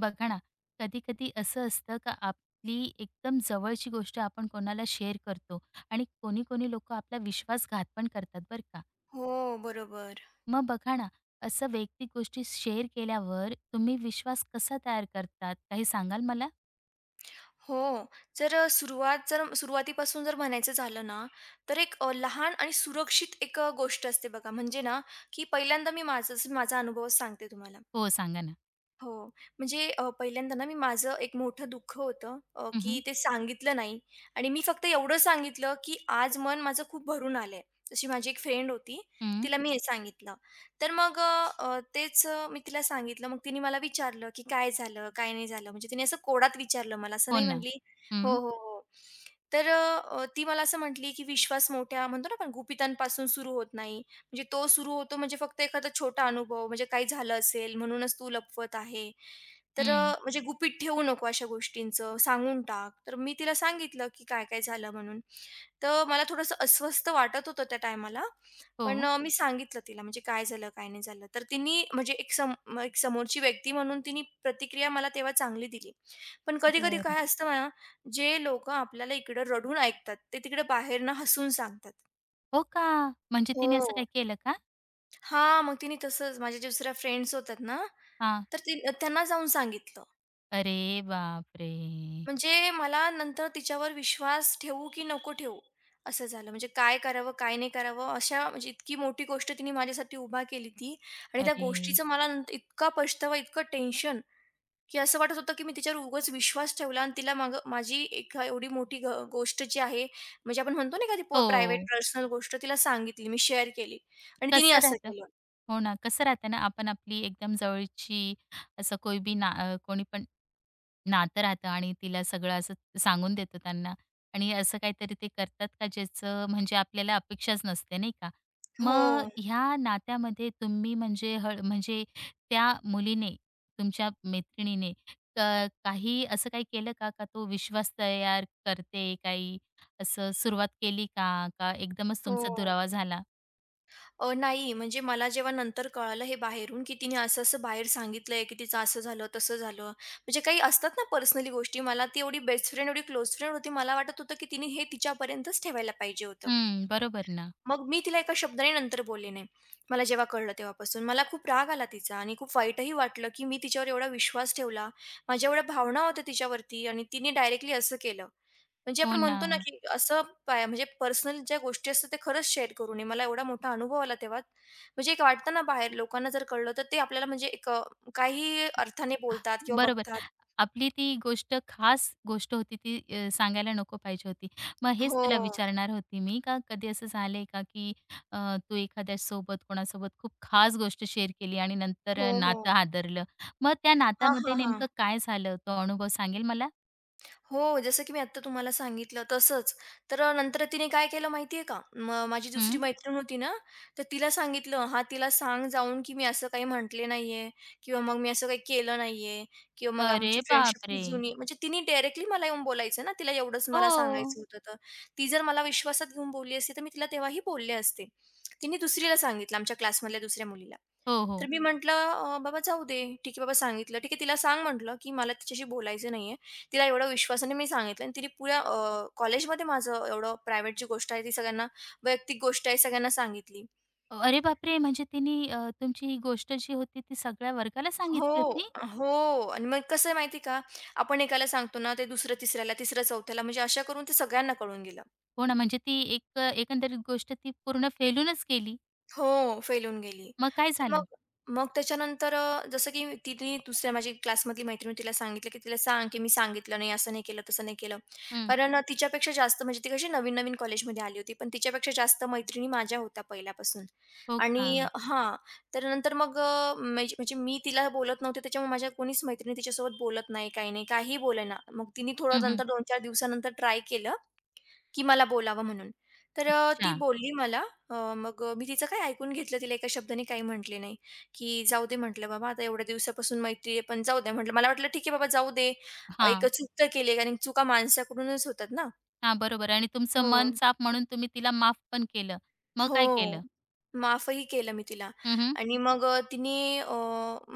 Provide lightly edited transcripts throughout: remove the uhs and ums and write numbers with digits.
बघा ना, कधी-कधी असं असतं का आपली एकदम जवळची गोष्ट आपण कोणाला शेअर करतो आणि कोणी-कोणी लोकं आपला विश्वासघात पण करतात बरं का. हो, बरोबर. मग बघा ना, असं वैयक्तिक गोष्टी शेअर केल्यावर तुम्ही विश्वास कसा तयार करतात? काही सांगाल मला? हो. सुरुवात जर सुरुवातीपासून म्हणायचं झालं ना, तर एक लहान आणि सुरक्षित एक गोष्ट असते बघा. म्हणजे ना, की पहिल्यांदा मी माझा अनुभव सांगते तुम्हाला. हो, सांगा ना. हो. म्हणजे पहिल्यांदा ना मी माझं एक मोठं दुःख होतं हं, की हं. ते सांगितलं नाही आणि मी फक्त एवढं सांगितलं, की आज मन माझं खूप भरून आलंय. तशी माझी एक फ्रेंड होती, तिला मी हे सांगितलं. तर मग अ, अ, तेच अ, मी तिला सांगितलं. मग तिने मला विचारलं, की "काय झालं? काय नाही झालं?" म्हणजे तिने असं कोडात विचारलं मला, असं हो नाही ना. म्हटली. हं, "हो, हो, हो." तर ती मला असं म्हटली, की "विश्वास मोठ्या म्हणतो ना आपण गुपितांपासून सुरू होत नाही. म्हणजे तो सुरू होतो म्हणजे फक्त एखादा छोटा अनुभव म्हणजे काही झालं असेल म्हणूनच तू लपवत आहे. तर हं. म्हणजे गुपित ठेवू नको अशा गोष्टींचं, सांगून टाक. तर मी तिला सांगितलं, की काय-काय झालं म्हणून. तर मला थोडंसं अस्वस्थ वाटत होतं त्या टायमाला. हो. पण मी सांगितलं तिला म्हणजे काय झालं, काय नाही झालं. तर तिनी म्हणजे एक समोरची व्यक्ती म्हणून तिनी प्रतिक्रिया मला तेव्हा चांगली दिली. पण कधी-कधी बरं. काय असतं ना, जे लोकं आपल्याला इकडं रडून ऐकतात, ते तिकडे बाहेरनं हसून सांगतात. हो का? म्हणजे तिने असं हो. काही केलं का? हां, मग तिने तसंच माझ्या दुसऱ्या फ्रेंड्स होत्यात ना, हां. तर ती त्यांना जाऊन सांगितलं. अरे बापरे! म्हणजे मला नंतर तिच्यावर विश्वास ठेवू की नको ठेवू, असं झालं. म्हणजे काय करावं, काय नाही करावं, अशा म्हणजे इतकी मोठी गोष्ट तिने माझ्यासाठी उभा केली ती आणि त्या अरे! गोष्टीचं मला नंतर इतका पछतावा, इतकं टेन्शन, की असं वाटत होतं की मी तिच्यावर उगाच विश्वास ठेवला आणि तिला मागं माझी एक एवढी मोठी गोष्ट जी आहे, म्हणजे आपण म्हणतो ना एखादी प्रायव्हेट हो. पर्सनल गोष्ट तिला सांगितली, मी शेअर केली आणि तिने कसं असं राहतं? केलं. हो ना, कसं राहतं ना, आपण आपली एकदम जवळची असं कोई बी ना कोणी पण नातं राहतं आणि तिला सगळं असं सांगून देतो त्यांना आणि असं काहीतरी ते करतात का ज्याचं म्हणजे आपल्याला अपेक्षाच नसते, नाही का? मग हो, ह्या नात्यामध्ये तुम्ही म्हणजे हळ म्हणजे त्या मुलीने, तुमच्या मैत्रिणीने क काही असं काही केलं का, का तो विश्वास तयार करते, काही असं सुरुवात केली का? का एकदमच तुमचा हो. दुरावा झाला? नाही, म्हणजे मला जेव्हा नंतर कळालं हे बाहेरून, की तिने असं-असं बाहेर सांगितलंय, की तिचं असं झालं, तसं झालं. म्हणजे काही असतात ना पर्सनली गोष्टी. मला ती एवढी बेस्ट फ्रेंड, एवढी क्लोज फ्रेंड होती. मला वाटत होतं, की तिने हे तिच्यापर्यंतच ठेवायला पाहिजे होतं. हं, बरोबर ना. मग मी तिला एका शब्दाने नंतर बोलले नाही. मला जेव्हा कळलं तेव्हापासून. मला खूप राग आला तिचा आणि खूप वाईटही वाटलं, की मी तिच्यावर एवढा विश्वास ठेवला. माझ्या एवढ्या भावना होत्या तिच्यावरती आणि तिने डायरेक्टली असं केलं. म्हणजे हो आपण ना. म्हणतो ना, की असं म्हणजे पर्सनल ज्या गोष्टी असतात त्या खरंच शेअर करू नये. मला एवढा मोठा अनुभव आला तेव्हा. म्हणजे एक वाटतं ना बाहेर लोकांना जर कळलं तर ते आपल्याला म्हणजे एक काही अर्थाने बोलतात किंवा बरोबर. बघतात. आपली ती गोष्ट खास गोष्ट होती ती सांगायला नको पाहिजे होती. मग हेच हो. तुला विचारणार होती मी का कधी असं झालंय का, की तू एखाद्यासोबत कोणासोबत खूप खास गोष्ट शेअर केली आणि नंतर हो, हो. नातं हादरलं. मग त्या हां, नात्यामध्ये हां, हां. नेमकं काय झालं? तो अनुभव सांगेल मला? हो, जसं की मी आत्ता तुम्हाला सांगितलं तसंच. तर नंतर तिने काय केलं माहिती आहे का? माझी दुसरी हं. मैत्रीण होती ना, तर तिला सांगितलं, "हां, तिला सांग जाऊन की मी असं काही म्हटले नाहीये किंवा मग मी असं काही केलं नाहीये किंवा मग अरे आमची फ्रेंडशिप खूप बापरे! जुनी" म्हणजे तिने डायरेक्टली मला येऊन बोलायचं ना, तिला एवढंच मला हो. सांगायचं होतं तर. ती जर मला विश्वासात घेऊन बोलली असती, तर मी तिला तेव्हाही बोलले असते. तिने दुसरीला सांगितलं, आमच्या क्लासमधल्या दुसऱ्या मुलीला. हो, तर हो. मी म्हटलं, बाबा जाऊ दे. ठीक आहे बाबा सांगितलं. ठीक आहे तिला सांग म्हटलं, की मला तिच्याशी बोलायचं नाहीये." तिला एवढं विश्वासाने मी सांगितलं आणि तिने पुऱ्या कॉलेजमध्ये माझं एवढं प्रायव्हेट जी गोष्ट आहे ती सगळ्यांना वैयक्तिक गोष्ट आहे सगळ्यांना सांगितली. अरे बापरे! म्हणजे तिने तुमची ही गोष्ट जी होती ती सगळ्या वर्गाला हो, सांगितली होती? हो आणि मग कसं आहे माहिती का? आपण एकाला सांगतो ना ते दुसरं तिसऱ्याला, तिसरं चौथ्याला म्हणजे अशा करून ते सगळ्यांना कळून गेलं. हो ना, म्हणजे ती एक एकंदरीत गोष्ट ती पूर्ण फेलूनच गेली. हो, फैलून गेली. मग काय तर झालं? मग मग त्याच्यानंतर जसं की तिने दुसऱ्या माझी क्लासमधली मैत्रीण होती, तिला सांगितलं, की तिला सांग, की "मी सांगितलं नाही, असं नाही केलं, तसं नाही केलं." हं. कारण तिच्यापेक्षा जास्त म्हणजे ती कशी नवीन-नवीन कॉलेजमध्ये आली होती, पण तिच्यापेक्षा जास्त मैत्रिणी माझ्या होत्या पहिल्यापासून. हो का? आणि हां, तर नंतर मग म्हणजे म्हणजे मी तिला बोलत नव्हते, त्याच्यामुळे माझ्या कोणीच मैत्रिणी तिच्यासोबत बोलत नाही, काही नाही, काहीही बोलेना. मग तिने हं, थोडं हं. नंतर 2-4 दिवसानंतर ट्राय केलं. की मला बोलावं म्हणून. तर ती अच्छा. बोलली मला. मी तिचं काही ऐकून घेतलं. तिला एका शब्दाने काही म्हटले नाही, की जाऊ दे म्हटलं बाबा आता एवढ्या दिवसापासून मैत्री आहे, पण जाऊ द्या म्हटलं. मला वाटलं ठीक आहे बाबा जाऊ दे. एक हां. चूक तर केली कारण चुका माणसाकडूनच होतात ना. हां, बरोबर आणि तुमचं हो. मन साफ म्हणून तुम्ही तिला माफ पण केलं. मग काय हो. केलं? माफही केलं मी तिला हं, हं. आणि मग अ,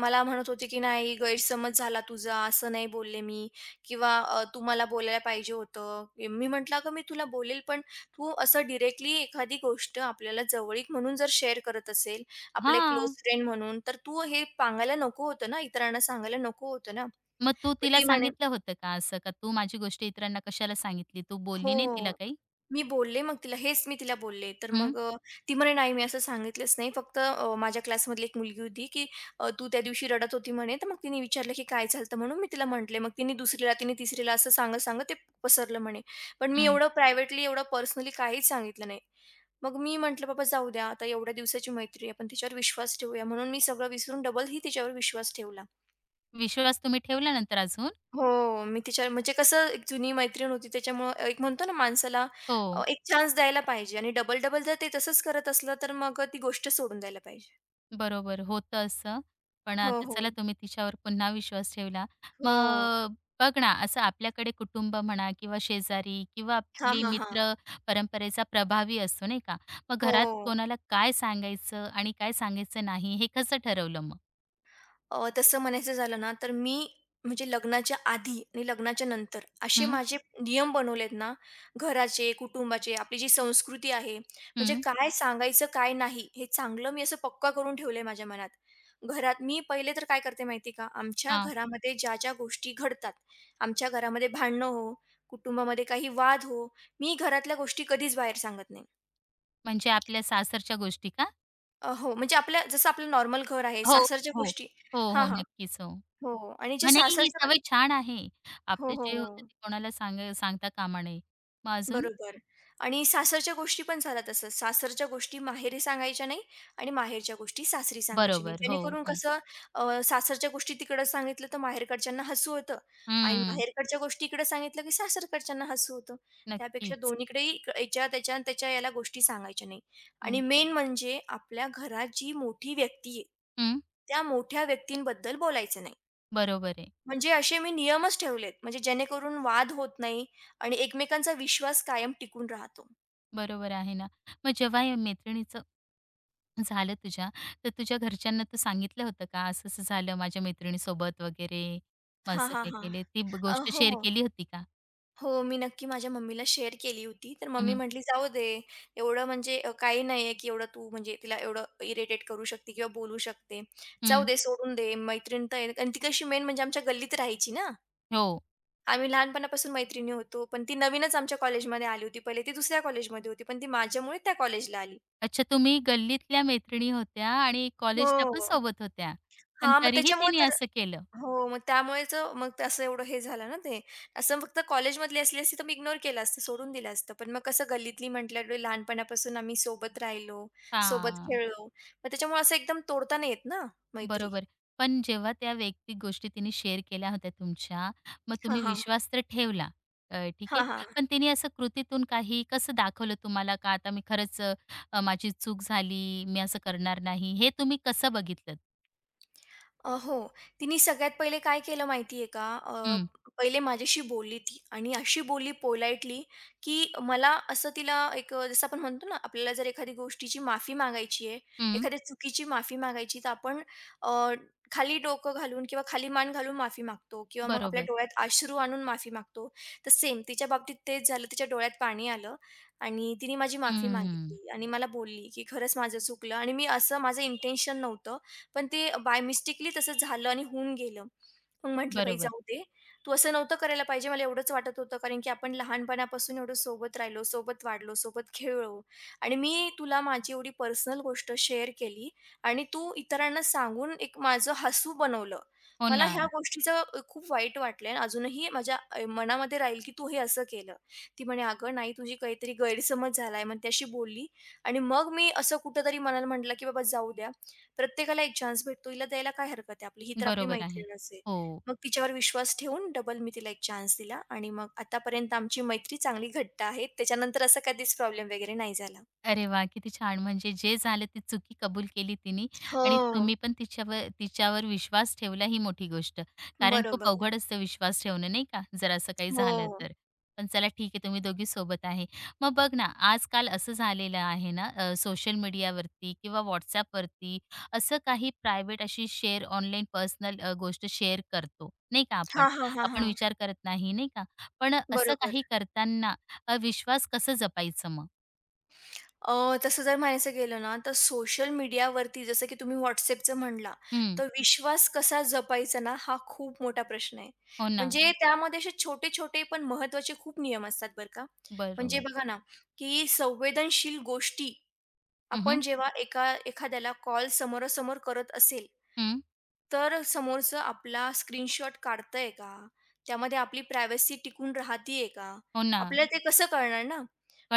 मला म्हणत होती, की "नाही गैरसमज झाला तुझा, असं नाही बोलले मी" किंवा "तू मला बोलायला पाहिजे होतं." मी म्हटलं, "अगं मी तुला बोलेल, पण तू असं डायरेक्टली एखादी गोष्ट आपल्याला जवळीक म्हणून जर शेअर करत असेल, आपले हां. क्लोज फ्रेंड म्हणून, तर तू हे सांगायला नको होतं ना, इतरांना सांगायला नको होतं ना." मग तू मग तिला ती म्हणे सांगितलं होतं का असं का तू माझी गोष्ट इतरांना कशाला सांगितली? तू बोलली नाही तिला हो. काही? मी बोलले मग तिला, हेच मी तिला बोलले. तर हं, मग ती म्हणे, "नाही, मी असं सांगितलंच नाही. फक्त माझ्या क्लासमधली एक मुलगी होती, की तू त्या दिवशी रडत होती म्हणे, तर मग तिने विचारलं, की काय झालं होतं?" म्हणून मी तिला म्हटले. मग तिने दुसरीला, तिने तिसरीला असं सांगत-सांगत ते पसरलं म्हणे. पण मी हं. एवढं प्रायव्हेटली, एवढं पर्सनली काहीच सांगितलं नाही. मग मी म्हटलं, "बाबा जाऊ द्या, आता एवढ्या दिवसाची मैत्री आहे, आपण तिच्यावर विश्वास ठेवूया." म्हणून मी सगळं विसरून डबल ही तिच्यावर विश्वास ठेवला. विश्वास तुम्ही ठेवला नंतर अजून? हो, मी तिच्या म्हणजे कसं एक जुनी मैत्रीण होती त्याच्यामुळं एक म्हणतो ना माणसाला हो. एक चान्स द्यायला पाहिजे आणि डबल-डबल जर ते तसंच करत असलं तर मग ती गोष्ट सोडून द्यायला पाहिजे. बरोबर, होतं असं. पण हो, आता हो. चला तुम्ही तिच्यावर पुन्हा विश्वास ठेवला. हो. मग बघ ना, असं आपल्याकडे कुटुंब म्हणा किंवा शेजारी किंवा हा, आपले हा, हां. मित्र परंपरेचा प्रभावी असतो, नाही का? मग घरात हो. कोणाला काय सांगायचं आणि काय सांगायचं नाही, हे कसं ठरवलं मग? तसं म्हणायचं झालं ना, तर मी म्हणजे लग्नाच्या आधी आणि लग्नाच्या नंतर असे हं, माझे नियम बनवलेत ना, घराचे, कुटुंबाचे, आपली जी संस्कृती आहे, म्हणजे हं. काय सांगायचं, काय नाही, हे चांगलं मी असं पक्का करून ठेवलंय माझ्या मनात. घरात मी पहिले तर काय करते माहिती का, आमच्या हां, घरामध्ये ज्या-ज्या गोष्टी घडतात, आमच्या घरामध्ये भांडणं हो, कुटुंबामध्ये काही वाद हो, मी घरातल्या गोष्टी कधीच बाहेर सांगत नाही. म्हणजे आपल्या सासरच्या गोष्टी का? हो, म्हणजे आपल्या जसं आपलं नॉर्मल घर आहे, हो, सासरच्या हो. गोष्टी. हो, हां, हो. हां. नक्कीच, हो. हो आणि जे हां, नाही ही सासरच्या. सवय छान आहे. हो, आपलं हो, जे हो. होतं ते कोणाला सांगता कामा नये. मग अजून? बरोबर आणि सासरच्या गोष्टी पण झाल्या तसंच. सासरच्या गोष्टी माहेरी सांगायच्या नाही आणि माहेरच्या गोष्टी सासरी सांगायच्या नाही. बरोबर. हो, जेणेकरून हो. कसं सासरच्या गोष्टी तिकडं सांगितलं तर माहेरकडच्यांना हसू होतं आणि हं. माहेरकडच्या गोष्टी इकडं सांगितलं की सासरकडच्यांना हसू होतं. त्यापेक्षा नक्कीच. दोन्हीकडेही याच्या त्याच्या त्याच्या याला गोष्टी सांगायच्या नाही आणि हं, मेन म्हणजे आपल्या घरात जी मोठी व्यक्ती आहे, हं. त्या मोठ्या व्यक्तींबद्दल बोलायचं नाही. बरोबर आहे. म्हणजे असे मी नियमच ठेवलेत, म्हणजे जेणेकरून वाद होत नाही आणि एकमेकांचा विश्वास कायम टिकून राहतो. बरोबर आहे ना. मग जेव्हा या मैत्रिणीचं झालं तुझ्या, तर तुझ्या घरच्यांना तू सांगितलं होतं का, असं-असं झालं माझ्या मैत्रिणीसोबत वगैरे? मग हां, असं हां, काय हां. केले? गोष्ट हो. शेअर केली होती का? हो, मी नक्की माझ्या मम्मीला शेअर केली होती. तर हं, मम्मी हं. म्हटली, "जाऊ दे, एवढं म्हणजे काही नाहीये, की एवढं तू म्हणजे तिला एवढं इरिटेट करू शकते किंवा बोलू शकते. जाऊ हं. दे, सोडून दे, मैत्रीण तर आहे." आणि ती कशी मेन म्हणजे आमच्या गल्लीत राहायची ना. हो. आम्ही लहानपणापासून मैत्रिणी होतो. पण ती नवीनच आमच्या कॉलेजमध्ये आली होती. पहिले ती दुसऱ्या कॉलेजमध्ये होती, पण ती माझ्यामुळे त्या कॉलेजला आली. अच्छा तुम्ही गल्लीतल्या मैत्रिणी होत्या आणि कॉलेजला पण हो. सोबत होत्या. पण हां, मग तरीही त्याच्यामुळे तिने तर असं केलं. हो, मग त्यामुळेच मग ते असं एवढं हे झालं ना ते. असं फक्त कॉलेजमधली असली असती तर मी इग्नोर केलं असतं, सोडून दिलं असतं. पण मग कसं गल्लीतली म्हटल्यावर लहानपणापासून आम्ही सोबत राहिलो, सोबत हां. खेळलो. मग त्याच्यामुळे असं एकदम तोडता नाही येत ना मैत्री. बरोबर. पण जेव्हा त्या वैयक्तिक गोष्टी तिने शेअर केल्या होत्या तुमच्या, मग हां, तुम्ही हां. विश्वास तर ठेवला. ठीक आहे. हां, हां. पण तिने असं कृतीतून काही कसं दाखवलं तुम्हाला का आता मी खरंच माझी चूक झाली, मी असं करणार नाही, हे तुम्ही कसं बघितलंत? हो. तिने सगळ्यात पहिले काय केलं माहिती आहे का? हं, पहिले माझ्याशी बोलली ती आणि अशी बोलली पोलाइटली, की मला असं तिला एक जसं आपण म्हणतो ना, आपल्याला जर एखादी गोष्टीची माफी मागायची आहे, हं. एखाद्या चुकीची माफी मागायची, तर आपण अ, खाली डोकं घालून किंवा खाली मान घालून माफी मागतो किंवा मग आपल्या बरोबर. डोळ्यात अश्रू आणून माफी मागतो. तर सेम तिच्या बाबतीत तेच झालं. तिच्या डोळ्यात पाणी आलं आणि तिने माझी माफी हं, मागितली आणि मला बोलली, की "खरंच माझं चुकलं आणि मी असं माझं इंटेन्शन नव्हतं." पण ते बाय मिस्टेकली तसं झालं आणि होऊन गेलं. मग म्हटलं, "बाई बरोबर. जाऊ दे. तू असं नव्हतं करायला पाहिजे." मला एवढंच वाटत होतं, कारण की आपण लहानपणापासून एवढं सोबत राहिलो, सोबत वाढलो, सोबत खेळलो आणि मी तुला माझी एवढी पर्सनल गोष्ट शेअर केली आणि तू इतरांना सांगून एक माझं हसू बनवलं. हो मला ना. ह्या गोष्टीचं खूप वाईट वाटलं आणि अजूनही माझ्या मनामध्ये राहील की तू हे असं केलं. ती म्हणे, "अगं नाही, तुझी काहीतरी गैरसमज झालाय." मग त्याशी बोलली आणि मग मी असं कुठेतरी मनाला म्हटलं, की "बाबा जाऊ द्या." प्रत्येकाला एक चान्स भेटतो, हिला द्यायला काय हरकत आहे आपली? ही तर आपली बरोबर आहे. मैत्रीणच आहे. हो. मग तिच्यावर विश्वास ठेवून डबल मी तिला एक चान्स दिला आणि मग आतापर्यंत आमची मैत्री चांगली घट्ट आहे. त्याच्यानंतर असा कधीच प्रॉब्लेम वगैरे नाही झाला. अरे वाह! किती छान. म्हणजे जे झालं ती चुकी कबूल केली तिने आणि हो. तुम्ही पण तिच्यावर तिच्यावर विश्वास ठेवला ही मोठी गोष्ट. कारण खूप बरोबर. अवघड असतं विश्वास ठेवणं नाही का? जर असं काही झालं हो. तर. पण चला ठीक आहे तुम्ही दोघी सोबत आहे. मग बघ ना, आजकाल असं झालेलं आहे ना सोशल मीडियावरती किंवा WhatsAppवरती असं काही प्रायव्हेट अशी शेअर ऑनलाईन पर्सनल गोष्ट शेअर करतो, नाही का आपण. हां, हां, हां, आपण हां. विचार करत नाही, नाही का? पण असं बरोबर. काही करताना विश्वास कसं जपायचं मग? तसं जर म्हणायचं गेलं ना, तर सोशल मीडियावरती जसं की तुम्ही WhatsAppचं म्हणला, हं. तर विश्वास कसा जपायचा ना, हा खूप मोठा प्रश्न आहे. हो ना. म्हणजे हं. त्यामध्ये असे छोटे-छोटे पण महत्त्वाचे खूप नियम असतात बरं का. म्हणजे बरोबर. बघा ना, की संवेदनशील गोष्टी हं, आपण हं. जेव्हा एका एखाद्याला कॉल समोरासमोर करत असेल, तर समोरचं आपला स्क्रीनशॉट काढतंय का? त्यामध्ये आपली प्रायव्हसी टिकून राहतीये का? हो ना. आपल्याला ते कसं कळणार ना?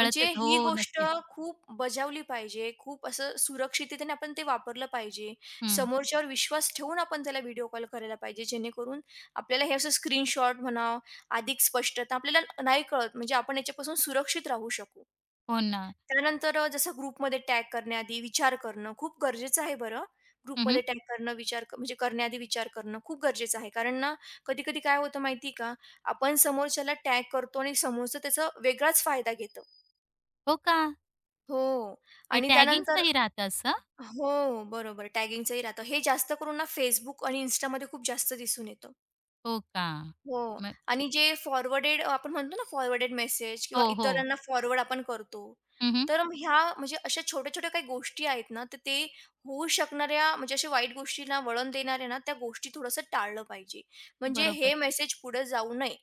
म्हणजे हो, ही गोष्ट नक्कीच. खूप बजावली पाहिजे. खूप असं सुरक्षिततेने आपण ते वापरलं पाहिजे. हं. समोरच्यावर विश्वास ठेवून आपण त्याला व्हिडिओ कॉल करायला पाहिजे. जेणेकरून आपल्याला हे असं स्क्रीनशॉट म्हणा, अधिक स्पष्टता आपल्याला नाही कळत. म्हणजे आपण याच्यापासून सुरक्षित राहू शकू. हो ना. त्यानंतर जसं ग्रुपमध्ये टॅग करण्याआधी विचार करणं खूप गरजेचं आहे बरं. हं, ग्रुपमध्ये टॅग करणं विचार क म्हणजे करण्याआधी विचार करणं खूप गरजेचं आहे. कारण ना कधी-कधी काय होतं माहिती का, आपण समोरच्याला टॅग करतो आणि समोरचं त्याचा वेगळाच फायदा घेतं. हो का? हो हे आणि त्यानंतर टॅगिंगचंही राहतं असं? हो, बरोबर टॅगिंगचंही राहतं. हे जास्त करून ना Facebook आणि Instaमध्ये खूप जास्त दिसून येतं. हो का? हो मग आणि जे फॉरवर्डेड आपण म्हणतो ना फॉरवर्डेड मेसेज किंवा हो, हो. इतरांना फॉरवर्ड आपण करतो. हं, तर मग ह्या म्हणजे अशा छोट्या-छोट्या काही गोष्टी आहेत ना, तर ते होऊ शकणाऱ्या म्हणजे अशा वाईट गोष्टींना वळण देणाऱ्या ना, त्या गोष्टी थोडंसं टाळलं पाहिजे. म्हणजे हे बरोबर. मेसेज पुढे जाऊ नये,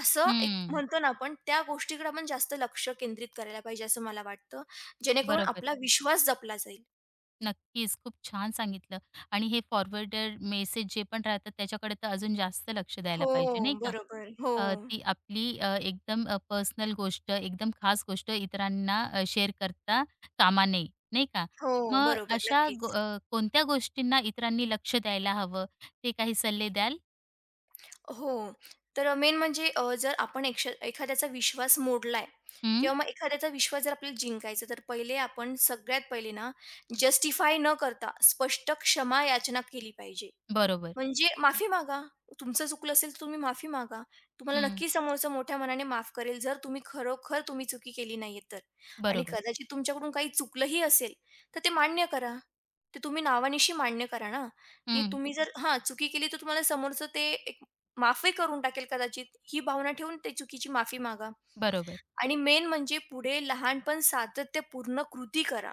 असं एक हं. म्हणतो ना आपण त्या गोष्टीकडे आपण जास्त लक्ष केंद्रित करायला पाहिजे असं मला वाटतं. जेणेकरून बरोबर. आपला विश्वास जपला जाईल. नक्कीच. खूप छान सांगितलं आणि हे फॉरवर्डेड मेसेज जे पण राहतात त्याच्याकडे तर अजून जास्त लक्ष द्यायला हो, पाहिजे नाही का? बरोबर. हो. ती आपली एकदम पर्सनल गोष्ट, एकदम खास गोष्ट इतरांना शेअर करता कामा नये, नाही का? हो, मग बरोबर. अशा गो नक्कीच. अ, कोणत्या गोष्टींना इतरांनी लक्ष द्यायला हवं, ते काही सल्ले द्याल? हो. तर मेन म्हणजे जर आपण एखाद्याचा विश्वास मोडलाय हं, किंवा मग एखाद्याचा विश्वास जर आपल्याला जिंकायचा, तर पहिले आपण सगळ्यात पहिले ना, जस्टिफाय न करता स्पष्ट क्षमा याचना केली पाहिजे. बरोबर. म्हणजे माफी मागा. तुमचं चुकलं असेल तर तुम्ही माफी मागा. तुम्हाला हं, नक्की समोरचा मोठ्या मनाने माफ करेल, जर तुम्ही खरोखर तुम्ही चुकी केली नाहीये तर. आणि बरोबर. कदाचित तुमच्याकडून काही चुकलंही असेल, तर ते मान्य करा. ते तुम्ही नावानिशी मान्य करा ना, की हं, तुम्ही जर हां, चुकी केली तर तुम्हाला समोरचं ते एक माफही करून टाकेल कदाचित, ही भावना ठेवून ते चुकीची माफी मागा. बरोबर. आणि मेन म्हणजे पुढे लहानपण सातत्यपूर्ण कृती करा.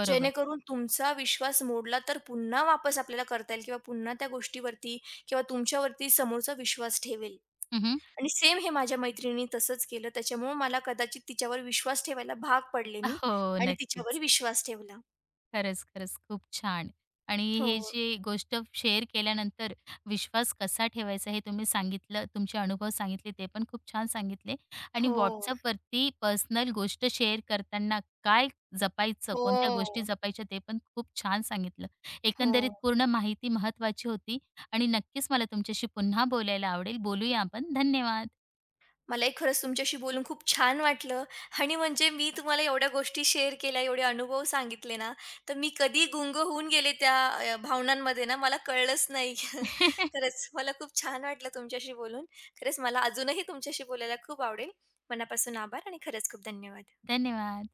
बरोबर. जेणेकरून तुमचा विश्वास मोडला तर पुन्हा वापस आपल्याला करता येईल किंवा पुन्हा त्या गोष्टीवरती किंवा तुमच्यावरती समोरचा विश्वास ठेवेल. हं, आणि सेम हे माझ्या मैत्रिणीने तसंच केलं. त्याच्यामुळं मला कदाचित तिच्यावर विश्वास ठेवायला भाग पडले मी हो, आणि तिच्यावर नक्कीच. विश्वास ठेवला. खरंच, खरंच. खूप छान. आणि हे हो. जे गोष्ट शेअर केल्यानंतर विश्वास कसा ठेवायचा हे तुम्ही सांगितलं. तुमचे अनुभव सांगितले ते पण खूप छान सांगितले. आणि हो. WhatsAppवरती पर्सनल गोष्ट शेअर करताना काय जपायचं, कोणत्या गोष्टी हो. जपायच्या ते पण खूप छान सांगितलं. हो. एकंदरीत पूर्ण माहिती महत्त्वाची होती आणि नक्कीच मला तुमच्याशी पुन्हा बोलायला आवडेल. बोलूया आपण. धन्यवाद. मलाही खरंच तुमच्याशी बोलून खूप छान वाटलं आणि म्हणजे मी तुम्हाला एवढ्या गोष्टी शेअर केल्या, एवढे अनुभव सांगितले ना, तर मी कधी गुंग होऊन गेले त्या भावनांमध्ये ना, मला कळलंच नाही. खरंच मला खूप छान वाटलं तुमच्याशी बोलून. खरंच मला अजूनही तुमच्याशी बोलायला खूप आवडेल. मनापासून आभार आणि खरंच खूप धन्यवाद. धन्यवाद.